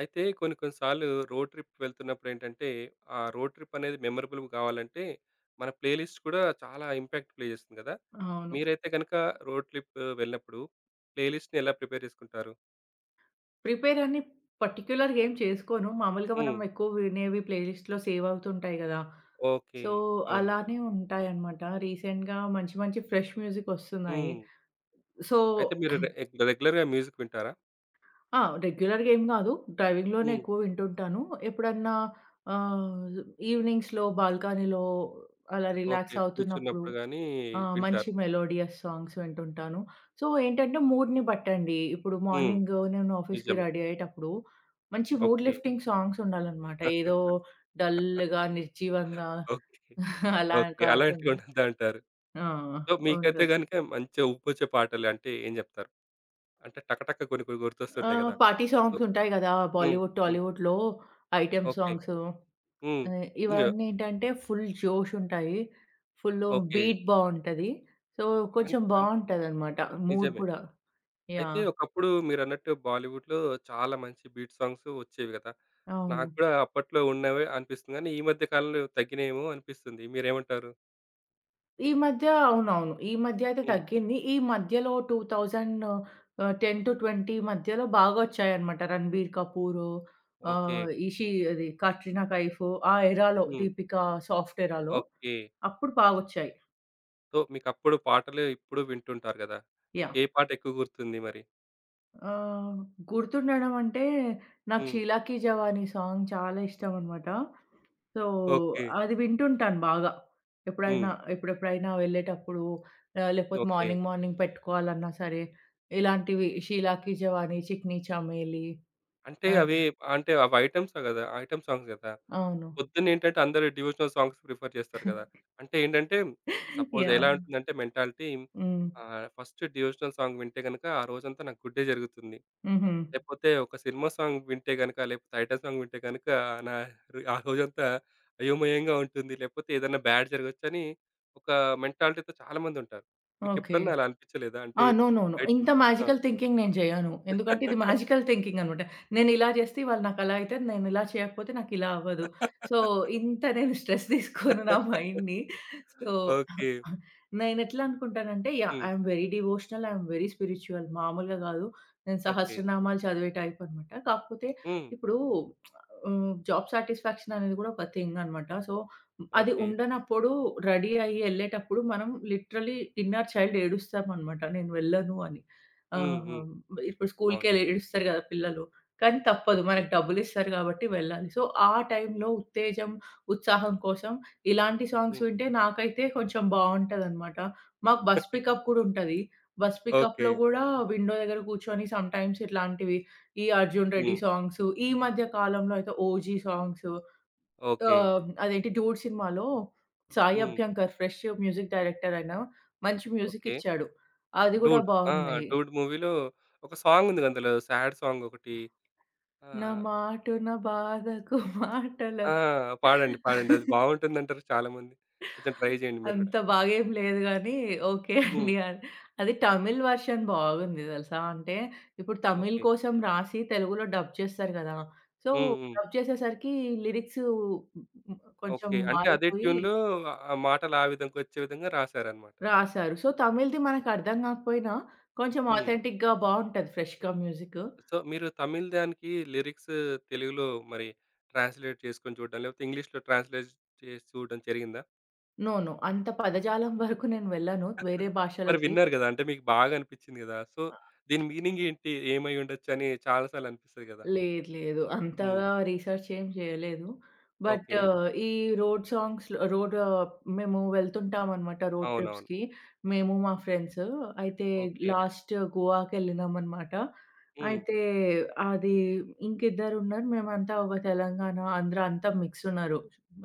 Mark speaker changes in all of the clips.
Speaker 1: అయితే కొన్ని కొన్ని సార్లు రోడ్ ట్రిప్ వెళ్తున్నప్పుడు ఏంటంటే, ఆ రోడ్ ట్రిప్ అనేది మెమరబుల్ కావాలంటే, మన ప్లేలిస్ట్ కూడా చాలా ఇంపాక్ట్ ప్లే చేస్తుంది కదా!
Speaker 2: అవును.
Speaker 1: మీరైతే గనుక రోడ్ ట్రిప్ వెళ్ళినప్పుడు ప్లేలిస్ట్‌ని ఎలా ప్రిపేర్ చేసుకుంటారు?
Speaker 2: ప్రిపేర్ అని పర్టిక్యులర్‌గా ఏం చేసుకోను. మామూలుగా మనం
Speaker 1: హ్మ్.
Speaker 2: ఎక్కువ వినేవి ప్లేలిస్ట్‌లో సేవ్ అవుతుంటాయి గదా!
Speaker 1: ఓకే.
Speaker 2: సో,
Speaker 1: అవును.
Speaker 2: అలానే ఉంటాయన్నమాట. రీసెంట్‌గా మంచి మంచి ఫ్రెష్ మ్యూజిక్ వస్తున్నాయి.
Speaker 1: హ్మ్.
Speaker 2: సో
Speaker 1: అయితే మీరు రెగ్యులర్‌గా మ్యూజిక్ వింటారా?
Speaker 2: ఆ! రెగ్యులర్‌గా ఏం గాదు. డ్రైవింగ్‌లోనే
Speaker 1: హ్మ్.
Speaker 2: ఎక్కువ వింటుంటాను. ఎప్పుడన్నా ఆహ్, ఈవినింగ్స్‌లో బాల్కనీలో అలా
Speaker 1: ఓకే.
Speaker 2: రిలాక్స్ అవుతున్నప్పుడు
Speaker 1: కూర్చున్నప్పుడు గాని
Speaker 2: ఆ! మంచి
Speaker 1: వింటారు.
Speaker 2: Melodious songs వింటుంటాను. సో, ఏంటంటే మూడ్‌ని బట్టండి. ఇప్పుడు
Speaker 1: హ్మ్.
Speaker 2: మార్నింగ్ నేను ఆఫీస్‌కి
Speaker 1: నిజమే.
Speaker 2: రెడీ అయ్యేటప్పుడు మంచి మూడ్
Speaker 1: ఓకే.
Speaker 2: లిఫ్టింగ్ సాంగ్స్ ఉండాలనమాట. ఏదో డల్‌గా, నిర్జీవంగా
Speaker 1: ఓకే.
Speaker 2: అలా
Speaker 1: ఓకే. అలాంటివి
Speaker 2: కాకుండా
Speaker 1: ఉండొద్దంటారు.
Speaker 2: ఆ!
Speaker 1: సో, మీకైతే
Speaker 2: ఉండదు.
Speaker 1: గనుక మంచిగా ఊపొచ్చే పాటలు అంటే ఏం చెప్తారు? అంటే టకటక కొన్ని కొన్ని
Speaker 2: ఆ!
Speaker 1: గుర్తొస్తుంటాయి కదా!
Speaker 2: పార్టీ
Speaker 1: సో
Speaker 2: సాంగ్స్ ఉంటాయి గదా!
Speaker 1: హ్మ్.
Speaker 2: బాలీవుడ్,
Speaker 1: హ్మ్.
Speaker 2: టాలీవుడ్‌లో ఐటెమ్
Speaker 1: ఓకే.
Speaker 2: సాంగ్స్
Speaker 1: హ్మ్. ఇంగ
Speaker 2: ఇవన్నీ ఏంటంటే ఫుల్ జోష్ ఉంటాయి. Full
Speaker 1: okay.
Speaker 2: బీట్ బావుంటది. సో,
Speaker 1: అన్
Speaker 2: కొంచెం
Speaker 1: అన్
Speaker 2: బావుంటదనమాట మూడ్
Speaker 1: నిజమే.
Speaker 2: కూడా.
Speaker 1: అయితే
Speaker 2: యాహ్!
Speaker 1: ఒకప్పుడు మీరన్నట్టు బాలీవుడ్‌లో చాలా మంచి బీట్ సాంగ్స్ వచ్చేవి కదా!
Speaker 2: అవును.
Speaker 1: నాకు కూడా అప్పట్లో ఉన్నవే అనిపిస్తుంది. కానీ ఈ మధ్య కాలంలో తగ్గినాయేమో అనిపిస్తుంది. మీరేమంటారు?
Speaker 2: ఈ మధ్య అవునవును. ఈ మధ్య అయితే
Speaker 1: హ్మ్.
Speaker 2: తగ్గింది. ఈ మధ్యలో 2000 10-20 మధ్యలో బాగా వచ్చాయన్నమాట. 'రణబీర్ కపూర్'
Speaker 1: ఓకే.
Speaker 2: ఆహ్, ఇషి అది 'కట్రినా కైఫ్' ఆ ఎరాలో
Speaker 1: హ్మ్.
Speaker 2: 'దీపిక సాఫ్ట్' ఎరాలో
Speaker 1: ఓకే.
Speaker 2: అప్పుడు బాగొచ్చాయి.
Speaker 1: సో మీకప్పుడు పాటలు ఇప్పుడు వింటుంటారు కదా!
Speaker 2: యాహ్!
Speaker 1: మీకే పాట ఎక్కువ గుర్తుంది మరి?
Speaker 2: ఆహ్, గుర్తుండడం అంటే నాకు
Speaker 1: హ్మ్.
Speaker 2: 'షీలాకి జవానీ' సాంగ్ చాలా ఇష్టం అన్నమాట. So,
Speaker 1: okay.
Speaker 2: అది వింటుంటాను బాగా. ఎప్పుడైనా
Speaker 1: హ్మ్.
Speaker 2: ఎప్పుడెప్పుడైనా వెళ్ళేటప్పుడు లేకపోతే
Speaker 1: ఓకే.
Speaker 2: మార్నింగ్, మార్నింగ్ పెట్టుకోవాలన్నా సరే, ఇలాంటివి 'షీలా కీ జవానీ', 'చికనీ చమేలి'
Speaker 1: అంటే
Speaker 2: ఆ!
Speaker 1: అవి అంటే అవి ఐటెమ్సే కదా! ఐటెమ్ సాంగ్స్ కదా!
Speaker 2: అవును.
Speaker 1: పొద్దున్నేంటంటే అందరూ డివోషనల్ సాంగ్స్ ప్రిఫర్ చేస్తారు గదా! అంటే ఏంటంటే సపోజ్ ఎలా
Speaker 2: యాహ్!
Speaker 1: ఉంటుందంటే మెంటాలిటీ
Speaker 2: హ్మ్.
Speaker 1: ఆహ్, ఫస్ట్ డివోషనల్ సాంగ్ వింటే గనుక ఆ రోజంతా నాకు గుడ్డే జరుగుతుంది.
Speaker 2: హుహు.
Speaker 1: లేపోతే ఒక సినిమా సాంగ్ వింటే గనుక, లేపోతే ఐటెమ్ సాంగ్ వింటే గనుక నా ఆ రోజంతా అయోమయంగా ఉంటుంది. లేపోతే ఏదైనా బ్యాడ్ జరగొచ్చని ఒక మెంటాలిటీతో చాలామందుంటారు.
Speaker 2: ఓకే.
Speaker 1: మీకెప్పుడన్నా అలా అనిపించలేదా? అంటే
Speaker 2: ఆ! నో. నో. నో.
Speaker 1: ఐట్
Speaker 2: ఇంత
Speaker 1: ఆ!
Speaker 2: మ్యాజికల్ థింకింగ్ నేను చేయను. ఎందుకంటే ఇది మ్యాజికల్ థింకింగ్ అనమాట. నేనిలా చేస్తే ఇవాళ నాకలా అయితది. నేనిలా చేయకపోతే నాకిలా అవ్వదు. సో, ఇంత నేను స్ట్రెస్ తీసుకోను నా మైండ్‌ని. So,
Speaker 1: okay.
Speaker 2: నేనెట్లా అనుకుంటానంటే yeah!
Speaker 1: Hmm.
Speaker 2: I am very devotional. I am very spiritual. మామూలుగా కాదు. నేను
Speaker 1: ఓకే.
Speaker 2: సహస్రనామాలు చదివే టైప్ అనమాట. కాకపోతే
Speaker 1: హ్మ్.
Speaker 2: ఇప్పుడు జాబ్ సాటిస్ఫాక్షన్ అనేది కూడా ఒక థింగ్ అనమాట. సో అది
Speaker 1: ఓకే.
Speaker 2: ఉండనప్పుడు రెడీ అయ్యి ఎళ్ళేటప్పుడు మనం లిటరల్లీ ఇన్నర్ చైల్డ్ ఏడుస్తామనమాట. నేను వెళ్ళను అని.
Speaker 1: హ్మ్.
Speaker 2: ఆహ్,
Speaker 1: హ్మ్.
Speaker 2: ఇప్పుడు
Speaker 1: అవును.
Speaker 2: స్కూల్‌కెళ్ళి ఏడుస్తారు గదా పిల్లలు. కానీ తప్పదు.
Speaker 1: ఓకే.
Speaker 2: మనకు డబ్బులిస్తారు గాబట్టి వెళ్ళాలి. సో, ఆ టైంలో ఉత్తేజం, ఉత్సాహం కోసం ఇలాంటి సాంగ్స్
Speaker 1: హ్మ్.
Speaker 2: వింటే నాకైతే కొంచెం బావుంటదనమాట. మాకు బస్ పికప్ కూడా ఉంటది. Bus
Speaker 1: okay.
Speaker 2: పికప్‌లో గూడా విండో దగ్గర కూర్చొని సమ్‌టైమ్స్ ఇట్లాంటివి ఈ 'అర్జున్ రెడ్డి'
Speaker 1: హ్మ్.
Speaker 2: సాంగ్స్, ఈ మధ్య కాలంలో అయితే 'ఓజీ' సాంగ్స్
Speaker 1: ఓకే.
Speaker 2: అదేంటి 'డూడ్' సినిమాలో సాయి
Speaker 1: హ్మ్.
Speaker 2: అభ్యంకర్ ఫ్రెష్ మ్యూజిక్ డైరెక్టర్ ఆయన. మంచి మ్యూజిక్
Speaker 1: ఓకే.
Speaker 2: ఇచ్చాడు. అది గూడా
Speaker 1: 'డూడ్' ఆ!
Speaker 2: బావున్నాయి.
Speaker 1: 'డూడ్' మూవీలో ఒక సాంగ్ ఉంది అందులో సాడ్ సాంగ్ ఒకటి.
Speaker 2: నా
Speaker 1: ఆహ్,
Speaker 2: మాటున బాధకు
Speaker 1: ఆ!
Speaker 2: మాటలకి
Speaker 1: పాడండి. పాడండి. అది బాగుంటుందంటారు చాలామంది. కొంచెం ట్రై చేయండి మీరు గూడా.
Speaker 2: అంత బాగేం లేదు గానీ ఓకే
Speaker 1: హ్మ్.
Speaker 2: అండి. అది తమిళ్ వర్షన్ బాగుంది తెలుసా! అంటే ఇప్పుడు తమిళ్
Speaker 1: ఓకే.
Speaker 2: కోసం రాసి తెలుగులో డబ్ చేస్తారు గదా! సో,
Speaker 1: హ్మ్. హ్మ్.
Speaker 2: డబ్ చేసేసరికి లిరిక్స్ కొంచెం
Speaker 1: ఓకే. అంటే అదే
Speaker 2: మారిపోయి
Speaker 1: ట్యూన్‌లో ఆ మాటలు ఆ విధంగా వచ్చే విధంగా రాసారన్నమాట.
Speaker 2: రాశారు. సో, తమిళ్‌ది మనకర్థం గాకపోయినా కొంచెం
Speaker 1: హ్మ్.
Speaker 2: ఆథెంటిక్‌గా బావుంటది ఫ్రెష్‌గా మ్యూజిక్.
Speaker 1: సో, మీరు తమిళ్ దానికి లిరిక్స్ తెలుగులో మరి ట్రాన్స్‌లేట్ చేసుకొని చూడడం, లేకపోతే ఇంగ్లీష్‌లో ట్రాన్స్‌లేట్ చేసి చూడడం జరిగిందా?
Speaker 2: నో. నో. అంత పదజాలం వరకు నేను వెళ్ళను వేరే
Speaker 1: మరి
Speaker 2: భాషలకి.
Speaker 1: విన్నారు గదా! అంటే మీకు బాగా అనిపిచ్చింది గదా! సో, దీని మీనింగ్ ఏంటి? ఏమై ఉండొచ్చు అని చాలా సార్లు అనిపిస్తది గదా!
Speaker 2: లేదు. లేదు.
Speaker 1: హ్మ్.
Speaker 2: అంతగా రీసెర్చ్ ఏం చేయలేదు. But
Speaker 1: okay.
Speaker 2: ఈ రోడ్ సాంగ్స్‌లో రోడ్ మేము వెళ్తుంటామనమాట రోడ్
Speaker 1: అవునవును.
Speaker 2: ట్రిప్స్‌కి. మేము మా ఫ్రెండ్స్. అయితే
Speaker 1: ఓకే.
Speaker 2: లాస్ట్ గోవాకెళ్ళినామనమాట.
Speaker 1: హ్మ్.
Speaker 2: అయితే అది ఇంకిద్దరున్నారు. మేమంతా ఒక తెలంగాణ, ఆంధ్ర అంతా మిక్స్ ఉన్నారు.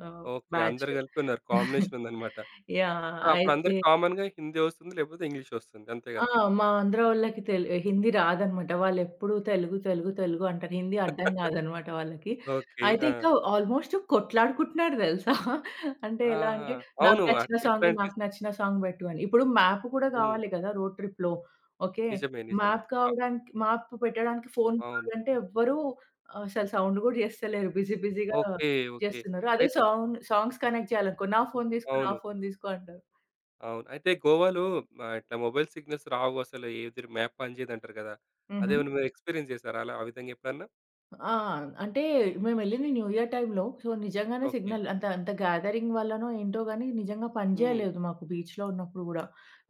Speaker 2: ఆహ్,
Speaker 1: ఓకే.
Speaker 2: బ్యాచ్.
Speaker 1: అందరూ కలిపి ఉన్నారు. కాంబినేషన్ ఉందన్నమాట.
Speaker 2: యాహ్!
Speaker 1: సో, అప్పుడు
Speaker 2: అయితే
Speaker 1: అందరికి కామన్‌గా హిందీ వస్తుంది. లేకపోతే ఇంగ్లీష్ వస్తుంది. అంతే
Speaker 2: ఆ!
Speaker 1: గదా!
Speaker 2: మా ఆంధ్ర వాళ్ళకి హిందీ రాదనమాట. వాళ్ళెప్పుడు తెలుగు, తెలుగు, తెలుగు అంటారు. హిందీ అర్థం కాదనమాట వాళ్ళకి.
Speaker 1: ఓకే.
Speaker 2: అయితే
Speaker 1: ఆ!
Speaker 2: ఇంకా ఆల్మోస్ట్ కొట్లాడుకుంటున్నారు తెలుసా? అంటే ఎలా
Speaker 1: ఆహా!
Speaker 2: అంటే, "నాకు
Speaker 1: అవును. అట్
Speaker 2: నచ్చిన సాంగ్,
Speaker 1: ఇట్లాంటి
Speaker 2: నాకు నచ్చిన సాంగ్ పెట్టు" అని. ఇప్పుడు మ్యాప్ కూడా
Speaker 1: హ్మ్.
Speaker 2: కావాలి కదా! రోడ్ ట్రిప్‌లో. ఓకే.
Speaker 1: నిజమే. నిజమే. అ
Speaker 2: మ్యాప్ పెట్టడానికి ఫోన్
Speaker 1: అవును.
Speaker 2: కావాలంటే ఎవ్వరు అసలు సౌండ్ కూడా చేస్తలేరు. బిజీ బిజీగా
Speaker 1: ఓకే. ఓకే.
Speaker 2: చేస్తున్నారు. అదే
Speaker 1: అయితే
Speaker 2: సాంగ్స్ కనెక్ట్ చేయాలనుకో, "నా ఫోన్ తీసుకో, నా
Speaker 1: అవును.
Speaker 2: ఫోన్ తీసుకో" అంటారు.
Speaker 1: అవును. అయితే గోవాలో ఆహ్, ఇట్లా మొబైల్ సిగ్నల్స్ రావు అసలు. ఏది మ్యాప్ పనిచేయదంటారు గదా!
Speaker 2: హుహు.
Speaker 1: అదేమన్నా మీరు ఎక్స్‌పీరియన్స్ చేసారా అలా ఆ విధంగా ఎప్పుడన్నా?
Speaker 2: ఆ! అంటే మేమెళ్ళింది న్యూ ఇయర్ టైమ్‌లో. సో, నిజంగానే
Speaker 1: ఓకే.
Speaker 2: సిగ్నల్ అంత అంత గ్యాదరింగ్ వల్లనో ఏంటో గానీ నిజంగా పని
Speaker 1: హ్మ్.
Speaker 2: జేయలేదు మాకు బీచ్‌లో ఉన్నప్పుడు గూడా.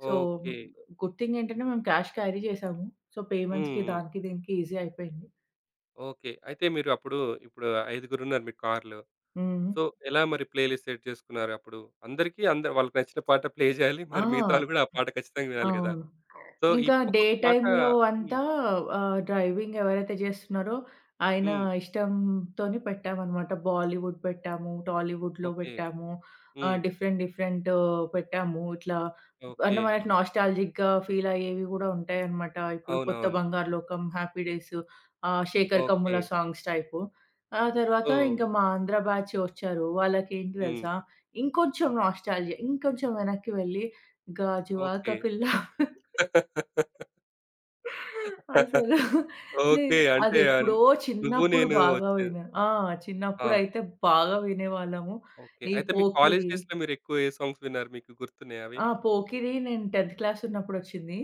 Speaker 2: So,
Speaker 1: okay.
Speaker 2: గుడ్ థింగ్ ఏంటంటే మేము క్యాష్ క్యారీ చేసాము. సో,
Speaker 1: హ్మ్.
Speaker 2: పేమెంట్స్‌కి
Speaker 1: హ్మ్.
Speaker 2: దానికి దీనికి ఈజీ అయిపోయింది.
Speaker 1: ఓకే. అయితే మీరు అప్పుడు ఇప్పుడు ఐదుగురున్నారు మీ కార్‌లో.
Speaker 2: హ్మ్.
Speaker 1: సో, ఎలా మరి ప్లే లిస్ట్ సెట్ చేసుకున్నారు అప్పుడు? అందరికీ అందరు వాళ్ళకి నచ్చిన పాట ప్లే చేయాలి.
Speaker 2: ఆ!
Speaker 1: మరి మిగతా వాళ్ళు కూడా ఆ పాట ఖచ్చితంగా వినాలి కదా!
Speaker 2: అవును.
Speaker 1: సో, ఈ
Speaker 2: ఇంకా డే
Speaker 1: ఒక్కొక్క పాట
Speaker 2: టైమ్‌లో అంతా
Speaker 1: హ్మ్.
Speaker 2: డ్రైవింగ్ ఎవరైతే చేస్తున్నారో ఆయన
Speaker 1: హ్మ్.
Speaker 2: ఇష్టంతోని పెట్టామనమాట. బాలీవుడ్ పెట్టాము, టాలీవుడ్‌లో
Speaker 1: ఓకే.
Speaker 2: పెట్టాము.
Speaker 1: హ్మ్.
Speaker 2: డిఫరెంట్ డిఫరెంట్ పెట్టాము. ఇట్లా
Speaker 1: ఓకే.
Speaker 2: అంటే మనకు నాస్టాల్జిక్‌గా ఫీల్ అయ్యేవి గూడా ఉంటాయనమాట. ఇప్పుడు 'కొత్త
Speaker 1: అవునవును.
Speaker 2: Bangaru Lokam', 'happy days' 'Shekhar
Speaker 1: okay.
Speaker 2: Kammula' songs type. ఆ తర్వాత
Speaker 1: సో
Speaker 2: ఇంకా మా ఆంధ్ర బ్యాచ్ వచ్చారు. వాళ్ళకేంటి
Speaker 1: హ్మ్.
Speaker 2: తెలుసా? ఇంకొంచెం నాస్టాల్జియా ఇంకొంచెం వెనక్కి వెళ్ళి 'గాజువాక
Speaker 1: ఓకే.
Speaker 2: పిల్ల' అసలు
Speaker 1: ఓకే.
Speaker 2: నేను
Speaker 1: అంటే ఆన్
Speaker 2: అదెప్పుడో
Speaker 1: నువ్వు
Speaker 2: చిన్నప్పుడు
Speaker 1: నేను
Speaker 2: బాగా
Speaker 1: వచ్చేది.
Speaker 2: విన్నా. ఆ!
Speaker 1: అవును.
Speaker 2: చిన్నప్పుడైతే బాగా వినేవాళ్ళము.
Speaker 1: ఓకే.
Speaker 2: ఈ
Speaker 1: అయితే మీ కాలేజ్
Speaker 2: పోకిరి.
Speaker 1: డేస్‌లో మీరెక్కువ ఏ సాంగ్స్ విన్నారు మీకు గుర్తున్నాయా అవి?
Speaker 2: ఆ! పోకిరి నేను 10థ్ క్లాస్ ఉన్నప్పుడొచ్చింది.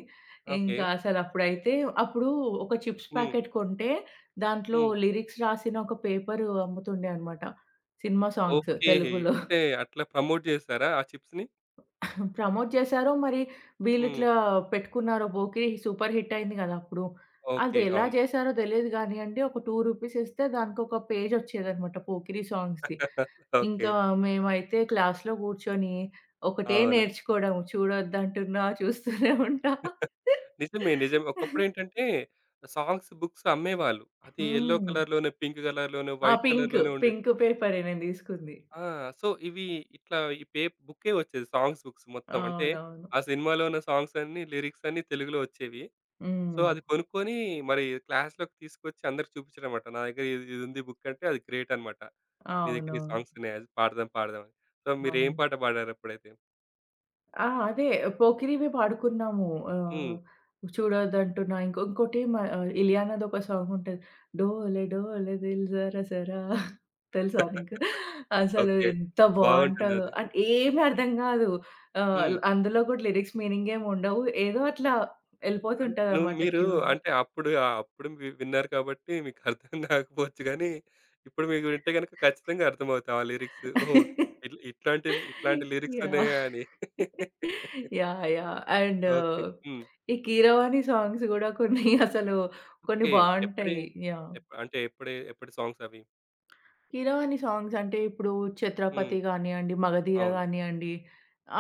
Speaker 1: ఓకే.
Speaker 2: ఇంకా అప్పుడు ఒక చిప్స్
Speaker 1: హ్మ్.
Speaker 2: ప్యాకెట్ కొంటే దాంట్లో
Speaker 1: హ్మ్.
Speaker 2: లిరిక్స్ రాసిన ఒక పేపరు అమ్ముతుండే అనమాట. Cinema songs
Speaker 1: okay.
Speaker 2: తెలుగులో.
Speaker 1: అంటే అట్లా ప్రమోట్ చేసారా ఆ చిప్స్‌ని?
Speaker 2: ప్రమోట్ చేశారో, మరి
Speaker 1: హ్మ్.
Speaker 2: వీళ్ళిట్లా పెట్టుకున్నారో 'పోకిరి' సూపర్ హిట్ అయింది గదా! అప్పుడు.
Speaker 1: ఓకే.
Speaker 2: అది ఎలా
Speaker 1: అవును.
Speaker 2: చేశారో తెలీదు గానీయండి, ఒక 2 రూపీస్ ఇస్తే దానికొక పేజ్ ఒచ్చేదనమాట 'పోకిరి' సాంగ్స్‌ది.
Speaker 1: ఓకే.
Speaker 2: ఇంకా మేమైతే క్లాస్‌లో గూర్చొని ఒకటే
Speaker 1: అవును.
Speaker 2: నేర్చుకోవడం. చూడొద్దంటున్నా, చూస్తూనే ఉంటా.
Speaker 1: నిజమే. నిజమే. ఒకప్పుడేంటంటే సాంగ్స్, బుక్స్ అమ్మేవాళ్ళు. అది యెల్లో
Speaker 2: హ్మ్.
Speaker 1: కలర్‌లోనే, పింక్ కలర్‌లోనే,
Speaker 2: ఆ!
Speaker 1: White
Speaker 2: pink.
Speaker 1: కలర్‌లోనే ఉండేది.
Speaker 2: పింక్ పేపరే నేను తీసుకుంది.
Speaker 1: ఆ! సో, ఇవి ఇట్లా ఈ పే బుక్కే వచ్చేది. సాంగ్స్, బుక్స్ మొత్తం. అంటే
Speaker 2: అవునవును.
Speaker 1: ఆ సినిమాలో ఉన్న సాంగ్స్ అన్నీ, లిరిక్స్ అన్నీ తెలుగులో వచ్చేవి. సో,
Speaker 2: హ్మ్.
Speaker 1: అది కొనుక్కొని మరి క్లాస్‌లోకి తీసుకొచ్చి అందరికి చూపించడమట. నా దగ్గర ఇది ఇదుంది బుక్ అంటే అది గ్రేట్ అన్నమాట. నీ దగ్గర
Speaker 2: అవునవును.
Speaker 1: ఈ సాంగ్స్ ఉన్నాయి. అది పాడదాం, పాడదాం అని. సో, మీరేం
Speaker 2: అవును.
Speaker 1: పాట పాడారప్పుడైతే?
Speaker 2: ఆ! అదే పోకిరివి పాడుకున్నాము. ఆహ్,
Speaker 1: హ్మ్.
Speaker 2: చూడొద్దంటున్నా ఇంకో ఇలియానాది ఒక సాంగ్ ఉంటది. 'డోలే డోలే దిల్ జరా జరా' తెలుసా నీకు? అసలు
Speaker 1: ఓకే.
Speaker 2: ఎంత బావుంటదో.
Speaker 1: బాగుంటుందది.
Speaker 2: అండ్ ఏమి అర్థం కాదు. ఆహ్,
Speaker 1: హ్మ్.
Speaker 2: అందులో కూడా లిరిక్స్ మీనింగ్ ఏమి ఉండవు. ఏదో అట్లా
Speaker 1: అంటే
Speaker 2: వెళ్ళిపోతుంటదన్నమాట
Speaker 1: మీరు
Speaker 2: ట్యూన్.
Speaker 1: అంటే అప్పుడు ఆహ్, అప్పుడు విన్నారు కాబట్టి మీకు అర్థం కాకపోవచ్చు గానీ, ఇప్పుడు మీకు వింటే గనుక ఖచ్చితంగా అర్థమవుతాయి ఆ లిరిక్స్. ఓహో! ఇట్లా ఇట్లాంటి ఇట్లాంటి లిరిక్స్
Speaker 2: యాహ్!
Speaker 1: ఉన్నాయా అని.
Speaker 2: Yeah! Yeah! And
Speaker 1: okay. Hmm.
Speaker 2: ఈ 'కీరవాణి' సాంగ్స్ గూడా కొన్ని అసలు కొన్ని
Speaker 1: ఓకే. ఎప్పుడే
Speaker 2: బావుంటాయి. యాహ్!
Speaker 1: ఎప్పుడే ఎప్పటి సాంగ్సవి?
Speaker 2: 'కీరవాణి' సాంగ్స్ అంటే ఇప్పుడు
Speaker 1: హ్మ్.
Speaker 2: 'ఛత్రపతి' గానియండి, 'మగధీర'
Speaker 1: అవును.
Speaker 2: గానియండి,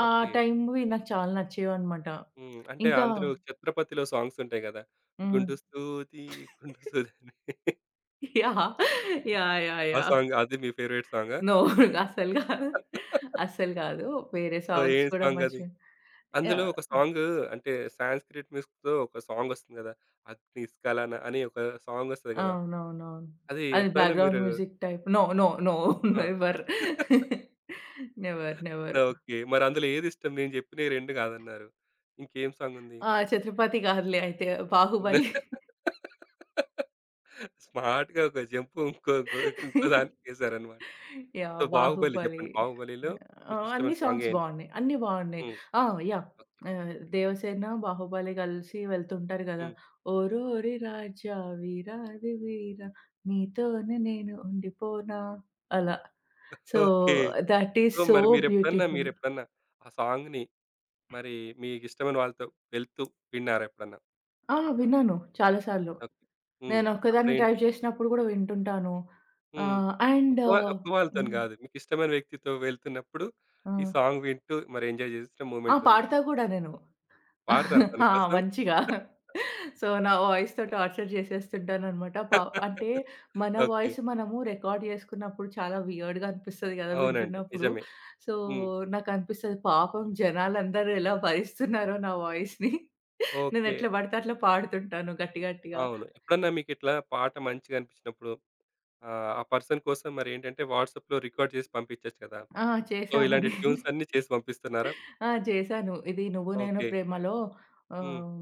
Speaker 2: ఆ
Speaker 1: ఓకే.
Speaker 2: టైమ్‌వి నాకు చాలా నచ్చేవన్నమాట.
Speaker 1: హ్మ్. అంటే
Speaker 2: ఇంకా
Speaker 1: అందులో 'ఛత్రపతిలో' సాంగ్స్ ఉంటాయి గదా!
Speaker 2: హ్మ్.
Speaker 1: 'గుండు సూది గుండు సూది' అని
Speaker 2: యాహ్! యాహ్! యాహ్!
Speaker 1: ఆ
Speaker 2: యాహ్!
Speaker 1: సాంగ్ అది మీ ఫేవరెట్ సాంగా?
Speaker 2: నో. అస్సలు కాదు. అస్సలు కాదు. వేరే
Speaker 1: సో,
Speaker 2: సాంగ్స్
Speaker 1: ఏం
Speaker 2: కూడా
Speaker 1: సాంగ్ అది?
Speaker 2: మంచిగా
Speaker 1: అందులో
Speaker 2: యాహ్!
Speaker 1: ఒక సాంగ్ అంటే సాంస్క్రిట్ మ్యూజిక్‌తో ఒక సాంగ్ వస్తుంది గదా! 'అగ్నిస్కలన' అని ఒక సాంగ్ వస్తది గదా!
Speaker 2: అవునవునవును.
Speaker 1: అది
Speaker 2: అది
Speaker 1: ఎప్పుడైనా
Speaker 2: బ్యాక్‌గ్రౌండ్
Speaker 1: మీరు
Speaker 2: music type. No, no, no.
Speaker 1: ఆ!
Speaker 2: నెవర్. Never, never.
Speaker 1: ఓకే. మరి అందులో ఏది ఇష్టం? నేను చెప్పినయి 2 గాదన్నారు. ఇంకేం సాంగ్ ఉంది?
Speaker 2: ఆ! 'ఛత్రపతి' కాదులే అయితే 'బాహుబలి'.
Speaker 1: స్మార్ట్‌గా ఒక జంప్ ఇంకో ఇంకో ఇంకో దానికేసారన్నమాట. So,
Speaker 2: yeah!
Speaker 1: 'బాహుబలి' చెప్పండి.
Speaker 2: 'బాహుబలి'.
Speaker 1: 'బాహుబలిలో'
Speaker 2: అన్ని
Speaker 1: మీకిష్టమైన సాంగ్
Speaker 2: సాంగ్స్
Speaker 1: ఏంటి?
Speaker 2: బాగున్నాయి. అన్నీ బాగున్నాయి.
Speaker 1: హ్మ్.
Speaker 2: ఆ! యాహ్!
Speaker 1: ఓకే.
Speaker 2: 'దేవసేన', 'బాహుబలి' కలిసి వెళ్తుంటారు కదా!
Speaker 1: హ్మ్.
Speaker 2: ఓరోరి రాజా వీరాది వీరా నీతోనే నేను ఉండిపోనా అలా. So,
Speaker 1: okay.
Speaker 2: Thought is
Speaker 1: so,
Speaker 2: so
Speaker 1: మరి మీరెప్పుడన్నా
Speaker 2: బ్యూటిఫుల్.
Speaker 1: మీరెప్పుడన్నా ఆ సాంగ్‌ని మరి మీకిష్టమైన వాళ్ళతో వెళ్తూ విన్నారా ఎప్పుడన్నా?
Speaker 2: ఆ! విన్నాను చాలా సార్లు.
Speaker 1: ఓకే. హ్మ్.
Speaker 2: నేనొక్కదాన్ని
Speaker 1: అప్పుడేంటి?
Speaker 2: డ్రైవ్ చేసినప్పుడు గూడా వింటుంటాను.
Speaker 1: హ్మ్.
Speaker 2: ఆహ్, అండ్
Speaker 1: ఒక్క వాళ్ళతోని
Speaker 2: హ్మ్.
Speaker 1: గాదు. మీకిష్టమైన వ్యక్తితో వెళ్తున్నప్పుడు
Speaker 2: ఆ!
Speaker 1: ఈ సాంగ్ వింటూ మరి ఎంజాయ్ చేసిన
Speaker 2: ఆ!
Speaker 1: మూమెంట్ ఉందా?
Speaker 2: పాడతా గూడా నేను.
Speaker 1: పాడతారా తన
Speaker 2: ఆ!
Speaker 1: కోసం?
Speaker 2: మంచిగా. సో, నా వాయిస్‌తో టార్చర్ చేసేస్తుంటాననమాట. అంటే మన
Speaker 1: ఓకే.
Speaker 2: వాయిస్ మనము రికార్డ్ చేసుకున్నప్పుడు చాలా వియర్డ్‌గా అనిపిస్తది గదా!
Speaker 1: అవునండి.
Speaker 2: వింటున్నప్పుడు.
Speaker 1: నిజమే.
Speaker 2: సో,
Speaker 1: హ్మ్.
Speaker 2: నాకనిపిస్తది పాపం జనాలందరూ ఎలా భరిస్తున్నారో నా వాయిస్‌ని.
Speaker 1: ఓకే.
Speaker 2: నేనెట్లా పడితే అట్లా పాడుతుంటాను గట్టి గట్టిగా.
Speaker 1: అవును. ఎప్పుడన్నా మీకిట్లా పాట మంచిగా అనిపించినప్పుడు ఆహ్, ఆ పర్సన్ కోసం మరేంటంటే వాట్సాప్‌లో రికార్డ్ చేసి పంపించొచ్చు కదా!
Speaker 2: ఆ!
Speaker 1: సో, ఇలాంటి
Speaker 2: చేశామండి.
Speaker 1: ట్యూన్స్ అన్నీ చేసి పంపిస్తున్నారా?
Speaker 2: ఆ! చేశాను. ఇది 'నువ్వు నేను
Speaker 1: ఓకే.
Speaker 2: ప్రేమలో'
Speaker 1: హ్మ్.
Speaker 2: ఆహ్,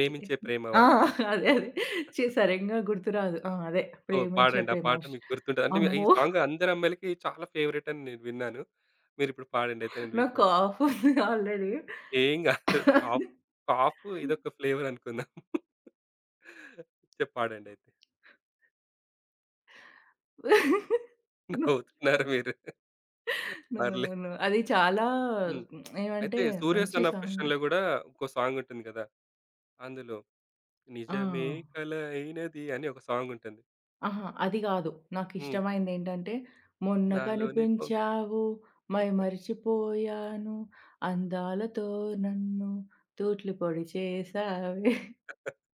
Speaker 2: చి
Speaker 1: ప్రేమవా'
Speaker 2: ఆ!
Speaker 1: అని ఉంటుంది.
Speaker 2: అదే అదే. ఛీ! సరింగా గుర్తురాదు. ఆ! అదే
Speaker 1: సో,
Speaker 2: 'ప్రేమించే
Speaker 1: పాడండి. ఆ పాట
Speaker 2: ప్రేమోష్'
Speaker 1: మీకు గుర్తుంటది. అంటే మీ ఈ
Speaker 2: అమ్మో!
Speaker 1: సాంగ్ అందరి అమ్మాయిలకి చాలా ఫేవరెట్ అని నేను విన్నాను. మీరిప్పుడు పాడండి అయితే నేను
Speaker 2: నాకు
Speaker 1: వింటాను.
Speaker 2: కాఫ్ ఉంది ఆల్రెడీ.
Speaker 1: ఏం కాదు. కాఫ్ కాఫ్ ఇదొక ఫ్లేవర్ అనుకుందాం. పాడండి అయితే.
Speaker 2: నో,
Speaker 1: నవ్వుతున్నారు మీరు.
Speaker 2: నో, నో,
Speaker 1: పర్లేదు.
Speaker 2: నో. అది చాలా
Speaker 1: హ్మ్.
Speaker 2: ఏమంటే
Speaker 1: అయితే 'సూర్య
Speaker 2: మంచి
Speaker 1: సన్ ఆఫ్
Speaker 2: సాంగ్.
Speaker 1: క్రిష్‌లో' కూడా ఇంకో సాంగ్ ఉంటుంది కదా! అందులో
Speaker 2: ఆ!
Speaker 1: నిజమే కల అయినది అని ఒక సాంగ్ ఉంటుంది.
Speaker 2: అహా! అది గాదు.
Speaker 1: హ్మ్.
Speaker 2: నాకిష్టమైందేంటంటే, మొన్న
Speaker 1: నాలోని పం
Speaker 2: కనిపించావు మై మరిచిపోయాను, అందాలతో నన్ను తూట్లు పొడి చేశావే.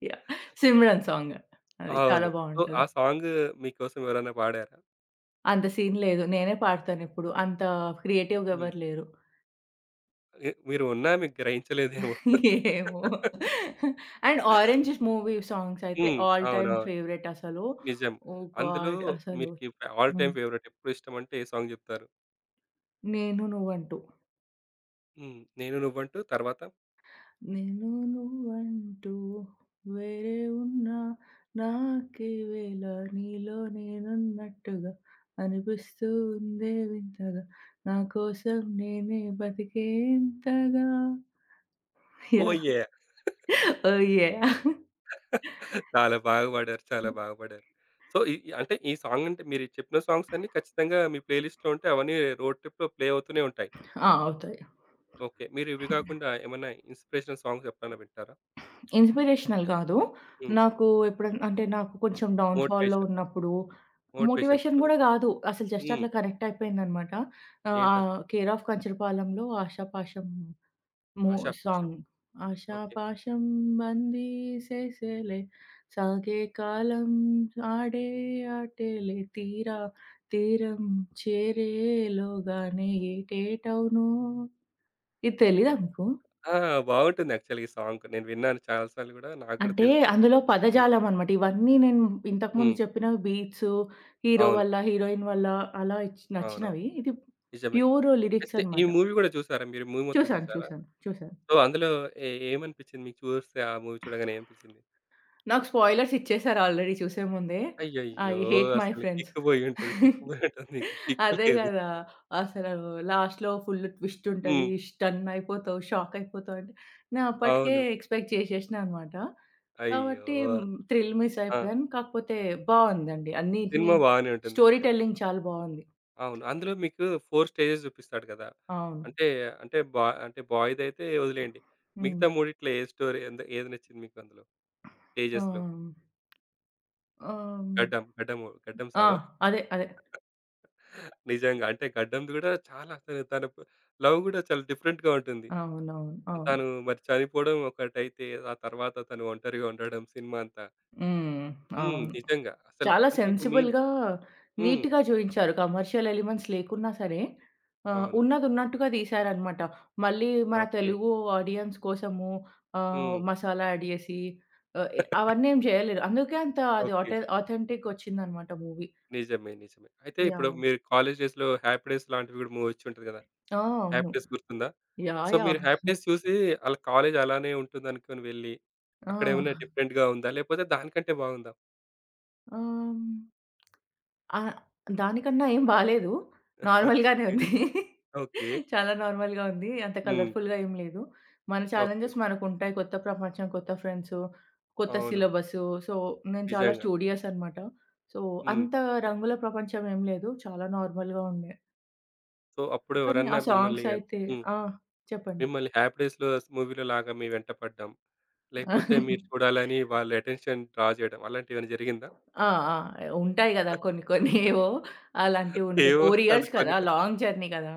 Speaker 2: యాహ్! 'సిమ్రన్' సాంగ్. అది చాలా
Speaker 1: అవును. సో, ఆ
Speaker 2: బావుంటది.
Speaker 1: సాంగ్ మీకోసం ఎవరైనా పాడారా?
Speaker 2: అంత సీన్ లేదు. నేనే పాడతానిప్పుడు. అంత క్రియేటివ్‌గా
Speaker 1: హ్మ్.
Speaker 2: ఎవరు లేరు.
Speaker 1: మీరు ఉన్నా మీకు గ్రహించలేదేమో.
Speaker 2: ఏమో! అండ్ 'ఆరెంజ్' మూవీ సాంగ్స్ అయితే
Speaker 1: హ్మ్.
Speaker 2: ఆల్ టైమ్
Speaker 1: అవునవును.
Speaker 2: ఫేవరెట్ అసలు.
Speaker 1: నిజం.
Speaker 2: ఓహ్!
Speaker 1: అందులో
Speaker 2: గాడ్! అసలు.
Speaker 1: మీకి ఫే ఆల్
Speaker 2: హ్మ్.
Speaker 1: టైమ్ ఫేవరెట్ ఎప్పుడు ఇష్టమంటే ఏ సాంగ్ చెప్తారు?
Speaker 2: 'నేను నువ్వంటూ.'
Speaker 1: హ్మ్. 'నేను నువ్వంటూ' తర్వాత
Speaker 2: నేను నువ్వంటూ వేరే ఉన్నా నాకీవేళ నీలో నేనున్నట్టుగా అనిపిస్తూ ఉందే వింతగా నా కోసం నేనే బతికేంతగా
Speaker 1: 'oh
Speaker 2: yeah!
Speaker 1: Yeah!'
Speaker 2: Oh! Yeah!
Speaker 1: చాలా బాగా పాడారు. చాలా బాగా పాడారు. సో, ఈ ఈ అంటే ఈ సాంగ్ అంటే మీరు చెప్పిన సాంగ్స్ అన్నీ ఖచ్చితంగా మీ ప్లే లిస్ట్‌లో ఉంటే అవన్నీ రోడ్ ట్రిప్‌లో ప్లే అవుతూనే ఉంటాయి.
Speaker 2: ఆ! అవుతాయి.
Speaker 1: ఓకే. మీరు ఇవి గాకుండా ఏమన్నా ఇన్‌స్పిరేషనల్ సాంగ్స్ ఎప్పుడైనా వింటారా?
Speaker 2: ఇన్స్‌పిరేషనల్ కాదు.
Speaker 1: హ్మ్.
Speaker 2: నాకు ఎప్పుడన్నా అంటే నాకు కొంచెం డౌన్ ఫాల్‌లో
Speaker 1: మోటివేషన్.
Speaker 2: ఉన్నప్పుడు
Speaker 1: మోటివేషన్
Speaker 2: మోటివేషన్
Speaker 1: కోసం
Speaker 2: గూడా
Speaker 1: వింటారు.
Speaker 2: గాదు. అసలు జస్ట్
Speaker 1: హ్మ్.
Speaker 2: అట్లా కనెక్ట్ అయిపోయిందనమాట.
Speaker 1: ఏంటసలు?
Speaker 2: 'కేర్ ఆఫ్ కంచరపాలెంలో' ఆషా పాషం మూ
Speaker 1: 'ఆషాప్ ఆషాప్.'
Speaker 2: సాంగ్.
Speaker 1: ఓకే.
Speaker 2: ఆషాపాషం బందీసేసేలే సాగే కాలం ఆడే ఆటేలే తీరా తీరం చేరేలోగానే ఏటేటవునో. ఇది తెలీదా మీకు?
Speaker 1: ఆ! బావుంటుంది యాక్చువల్‌గా ఈ సాంగ్. నేను విన్నాను చాలా సార్లు గూడా. నాకు కూడా
Speaker 2: అంటే
Speaker 1: తెలుసు.
Speaker 2: అందులో
Speaker 1: హ్మ్.
Speaker 2: పదజాలం అనమాట. ఇవన్నీ నేను ఇంతకుముందు
Speaker 1: హ్మ్.
Speaker 2: చెప్పిన బీట్స్, హీరో
Speaker 1: అవును.
Speaker 2: వల్ల, హీరోయిన్ వల్ల అలా
Speaker 1: అవునవును.
Speaker 2: నచ్చినవి. ఇది
Speaker 1: నిజమే.
Speaker 2: ప్యూర్ లిరిక్స్
Speaker 1: అయితే ఈ
Speaker 2: అనమాట.
Speaker 1: మూవీ గూడా చూసారా మీరు? మూవీ మొత్తం
Speaker 2: చూసాను.
Speaker 1: చూసారా?
Speaker 2: చూసాను. చూసాను.
Speaker 1: సో, అందులో ఏమనిపిచ్చింది మీకు చూస్తే ఆ మూవీ చూడగానే ఏమనిపిచ్చింది?
Speaker 2: నాకు స్పాయిలర్స్ ఇచ్చేసారు ఆల్రెడీ చూసే ముందే. ఐ
Speaker 1: అయ్యయ్యో!
Speaker 2: హేట్ మై
Speaker 1: అసలు
Speaker 2: ఫ్రెండ్స్.
Speaker 1: కిక్ బోయుంటది. కిక్ బోయుంటది మీకు. కిక్
Speaker 2: అదే
Speaker 1: లేదు.
Speaker 2: గదా! అసలు లాస్ట్‌లో ఫుల్ ట్విస్ట్
Speaker 1: హ్మ్.
Speaker 2: ఉంటది. స్టన్ అయిపోతావు, షాక్ అయిపోతావు అంటే, నేను అప్పటికే
Speaker 1: అవును.
Speaker 2: ఎక్స్‌పెక్ట్ చేసేసినా అనమాట. కాబట్టి
Speaker 1: అయ్యో!
Speaker 2: హ్మ్, థ్రిల్ మిస్
Speaker 1: ఆ!
Speaker 2: అయిపోయాను. కాకపోతే బావుందండి. అన్నిటిని
Speaker 1: సినిమా బానే ఉంటుంది
Speaker 2: స్టోరీ
Speaker 1: యాక్చువల్‌గా.
Speaker 2: టెల్లింగ్ చాలా బావుంది.
Speaker 1: అవును. అందులో మీకు 4 స్టేజెస్ చూపిస్తాడు కదా!
Speaker 2: అవును.
Speaker 1: అంటే, అంటే బా అంటే బాయ్‌దైతే వదిలేయండి.
Speaker 2: హ్మ్.
Speaker 1: మిగతా మూడిట్లో ఏ స్టోరీ ఏది నచ్చింది మీకు అందులో?
Speaker 2: ఆ!
Speaker 1: స్టేజెస్‌లో?
Speaker 2: ఆహ్,
Speaker 1: గడ్డం
Speaker 2: ఆ!
Speaker 1: సాబా?
Speaker 2: అదే. అదే.
Speaker 1: నిజంగా అంటే గడ్డంది కూడా చాలా అసలు తన ప్ లవ్ కూడా చాలా డిఫరెంట్‌గా ఉంటుంది.
Speaker 2: అవునవును. అవును.
Speaker 1: తను మరి చనిపోవడం ఒకటైతే, ఆ తర్వాత తను ఒంటరిగా ఉండడం సినిమా అంతా.
Speaker 2: హ్మ్.
Speaker 1: హ్మ్.
Speaker 2: అవును.
Speaker 1: నిజంగా. అసలు
Speaker 2: చాలా
Speaker 1: అంటే ఒక మీన్
Speaker 2: సెన్సిబుల్‌గా,
Speaker 1: హ్మ్.
Speaker 2: నీట్‌గా జూయించారు. కమర్షియల్ ఎలిమెంట్స్ లేకున్నా సరే,
Speaker 1: అవును.
Speaker 2: ఉన్నదున్నట్టుగా తీశారనమాట. మళ్ళీ మన
Speaker 1: ఓకే.
Speaker 2: తెలుగు ఆడియన్స్ కోసము
Speaker 1: హ్మ్.
Speaker 2: మసాలా యాడ్ జేసి ఆహ్, ఎ అవన్నీ ఏం జేయలేదు. అందుకే అంత అది
Speaker 1: ఓకే.
Speaker 2: Authentic ఒచ్చిందనమాట movie.
Speaker 1: నిజమే. నిజమే. అయితే ఇప్పుడు
Speaker 2: యాహ్!
Speaker 1: మీరు కాలేజ్ డేస్‌లో 'హ్యాపీ డేస్' లాంటివి కూడా మూవీ వచ్చి ఉంటది కదా!
Speaker 2: ఆ!
Speaker 1: హ్యాపీ
Speaker 2: అవును.
Speaker 1: డేస్ గుర్తుందా?
Speaker 2: యాహ్!
Speaker 1: So,
Speaker 2: yeah!
Speaker 1: మీరు హ్యాపీ డేస్ చూసి ఆళ్ళ కాలేజ్ అలానే ఉంటుందనుకోని వెళ్లి,
Speaker 2: ఆ!
Speaker 1: అక్కడేమైనా డిఫరెంట్‌గా ఉందా? లేపోతే దానికంటే బాగుందా?
Speaker 2: ఆహ్, హ్మ్. ఆ! దానికన్నా ఏం బాలేదు. నార్మల్‌గానే
Speaker 1: ఓకే.
Speaker 2: ఉంది.
Speaker 1: ఓకే.
Speaker 2: చాలా నార్మల్‌గా ఉంది. అంత
Speaker 1: హ్మ్.
Speaker 2: కలర్‌ఫుల్‌గా ఏం లేదు. మన
Speaker 1: ఓకే.
Speaker 2: ఛాలెంజెస్ మనకుంటాయి. కొత్త ప్రపంచం, కొత్త ఫ్రెండ్సు, కొత్త
Speaker 1: అవును.
Speaker 2: సిలబసు. సో, నేను చాలా
Speaker 1: నిజంగా.
Speaker 2: స్టూడియస్ అనమాట. సో,
Speaker 1: హ్మ్.
Speaker 2: అంత రంగుల ప్రపంచం ఏం లేదు. చాలా నార్మల్‌గా ఉండే.
Speaker 1: సో, అప్పుడు
Speaker 2: కానీ
Speaker 1: ఎవరన్నా
Speaker 2: ఆ
Speaker 1: మిమ్మల్ని
Speaker 2: సాంగ్స్
Speaker 1: గాని
Speaker 2: అయితే
Speaker 1: హ్మ్.
Speaker 2: ఆ! చెప్పండి.
Speaker 1: మిమ్మల్ని హ్యాపీ డేస్‌లో మూవీ‌లో లాగా మీ వెంట పడ్డం, లేకపోతే మీరు చూడాలని వాళ్ళ అటెన్షన్ డ్రా జేయడం అలాంటివేమైనా జరిగిందా?
Speaker 2: ఆ! ఆ! ఉంటాయి గదా! కొన్ని కొన్ని ఏవో అలాంటివుండే
Speaker 1: ఏవో
Speaker 2: 4
Speaker 1: అది
Speaker 2: ఇయర్స్
Speaker 1: కొన్ని
Speaker 2: కదా!
Speaker 1: కొ
Speaker 2: లాంగ్ జర్నీ కదా!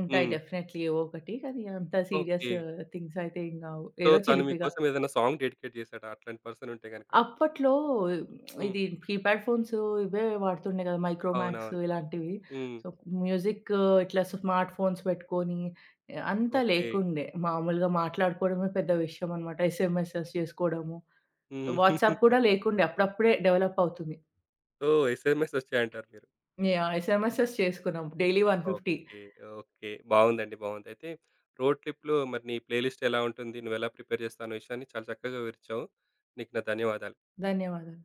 Speaker 2: ఉంటాయి
Speaker 1: హ్మ్.
Speaker 2: డెఫినైట్‌లీ ఏవో ఒకటి. కానీ అంత సీరియస్
Speaker 1: ఓకే.
Speaker 2: థింగ్స్ అయితే ఏం గావు.
Speaker 1: సో,
Speaker 2: ఏదో
Speaker 1: తను
Speaker 2: చిలిపిగా.
Speaker 1: మీకోసం ఏదైనా సాంగ్ డెడికేట్ జేసాడా అట్లాంటి పర్సన్ ఉంటే గనక?
Speaker 2: అప్పట్లో
Speaker 1: హ్మ్.
Speaker 2: ఇది కీప్యాడ్ ఫోన్స్ ఇవే వాడుతుండే గదా! మైక్రోమాక్స్
Speaker 1: అవునవును.
Speaker 2: ఇలాంటివి.
Speaker 1: హ్మ్.
Speaker 2: సో, మ్యూజిక్ ఇట్లా స్మార్ట్ ఫోన్స్ పెట్టుకొని అంత
Speaker 1: ఓకే.
Speaker 2: లేకుండే. మామూలుగా మాట్లాడుకోవడమే పెద్ద విషయం అనమాట. ఎస్ఎంఎసెస్ చేసుకోవడము.
Speaker 1: హ్మ్.
Speaker 2: వాట్సాప్ కూడా లేకుండే. అప్పుడప్పుడే డెవలప్ అవుతుంది.
Speaker 1: సో, ఎస్ఎంఎస్ వచ్చాయంటారు మీరు.
Speaker 2: యాహ్! ఎస్ఎంఎసెస్ చేసుకున్నాం. Daily 150
Speaker 1: okay. ఓకే. బావుందండి. బావుంది. అయితే రోడ్ ట్రిప్‌లో మరి నీ ప్లే లిస్ట్ ఎలా ఉంటుంది? నువ్వెలా ప్రిపేర్ చేస్తావు? అనే విషయాన్ని చాలా చక్కగా వివరిచ్చావు. నీకు నా ధన్యవాదాలు.
Speaker 2: ధన్యవాదాలు.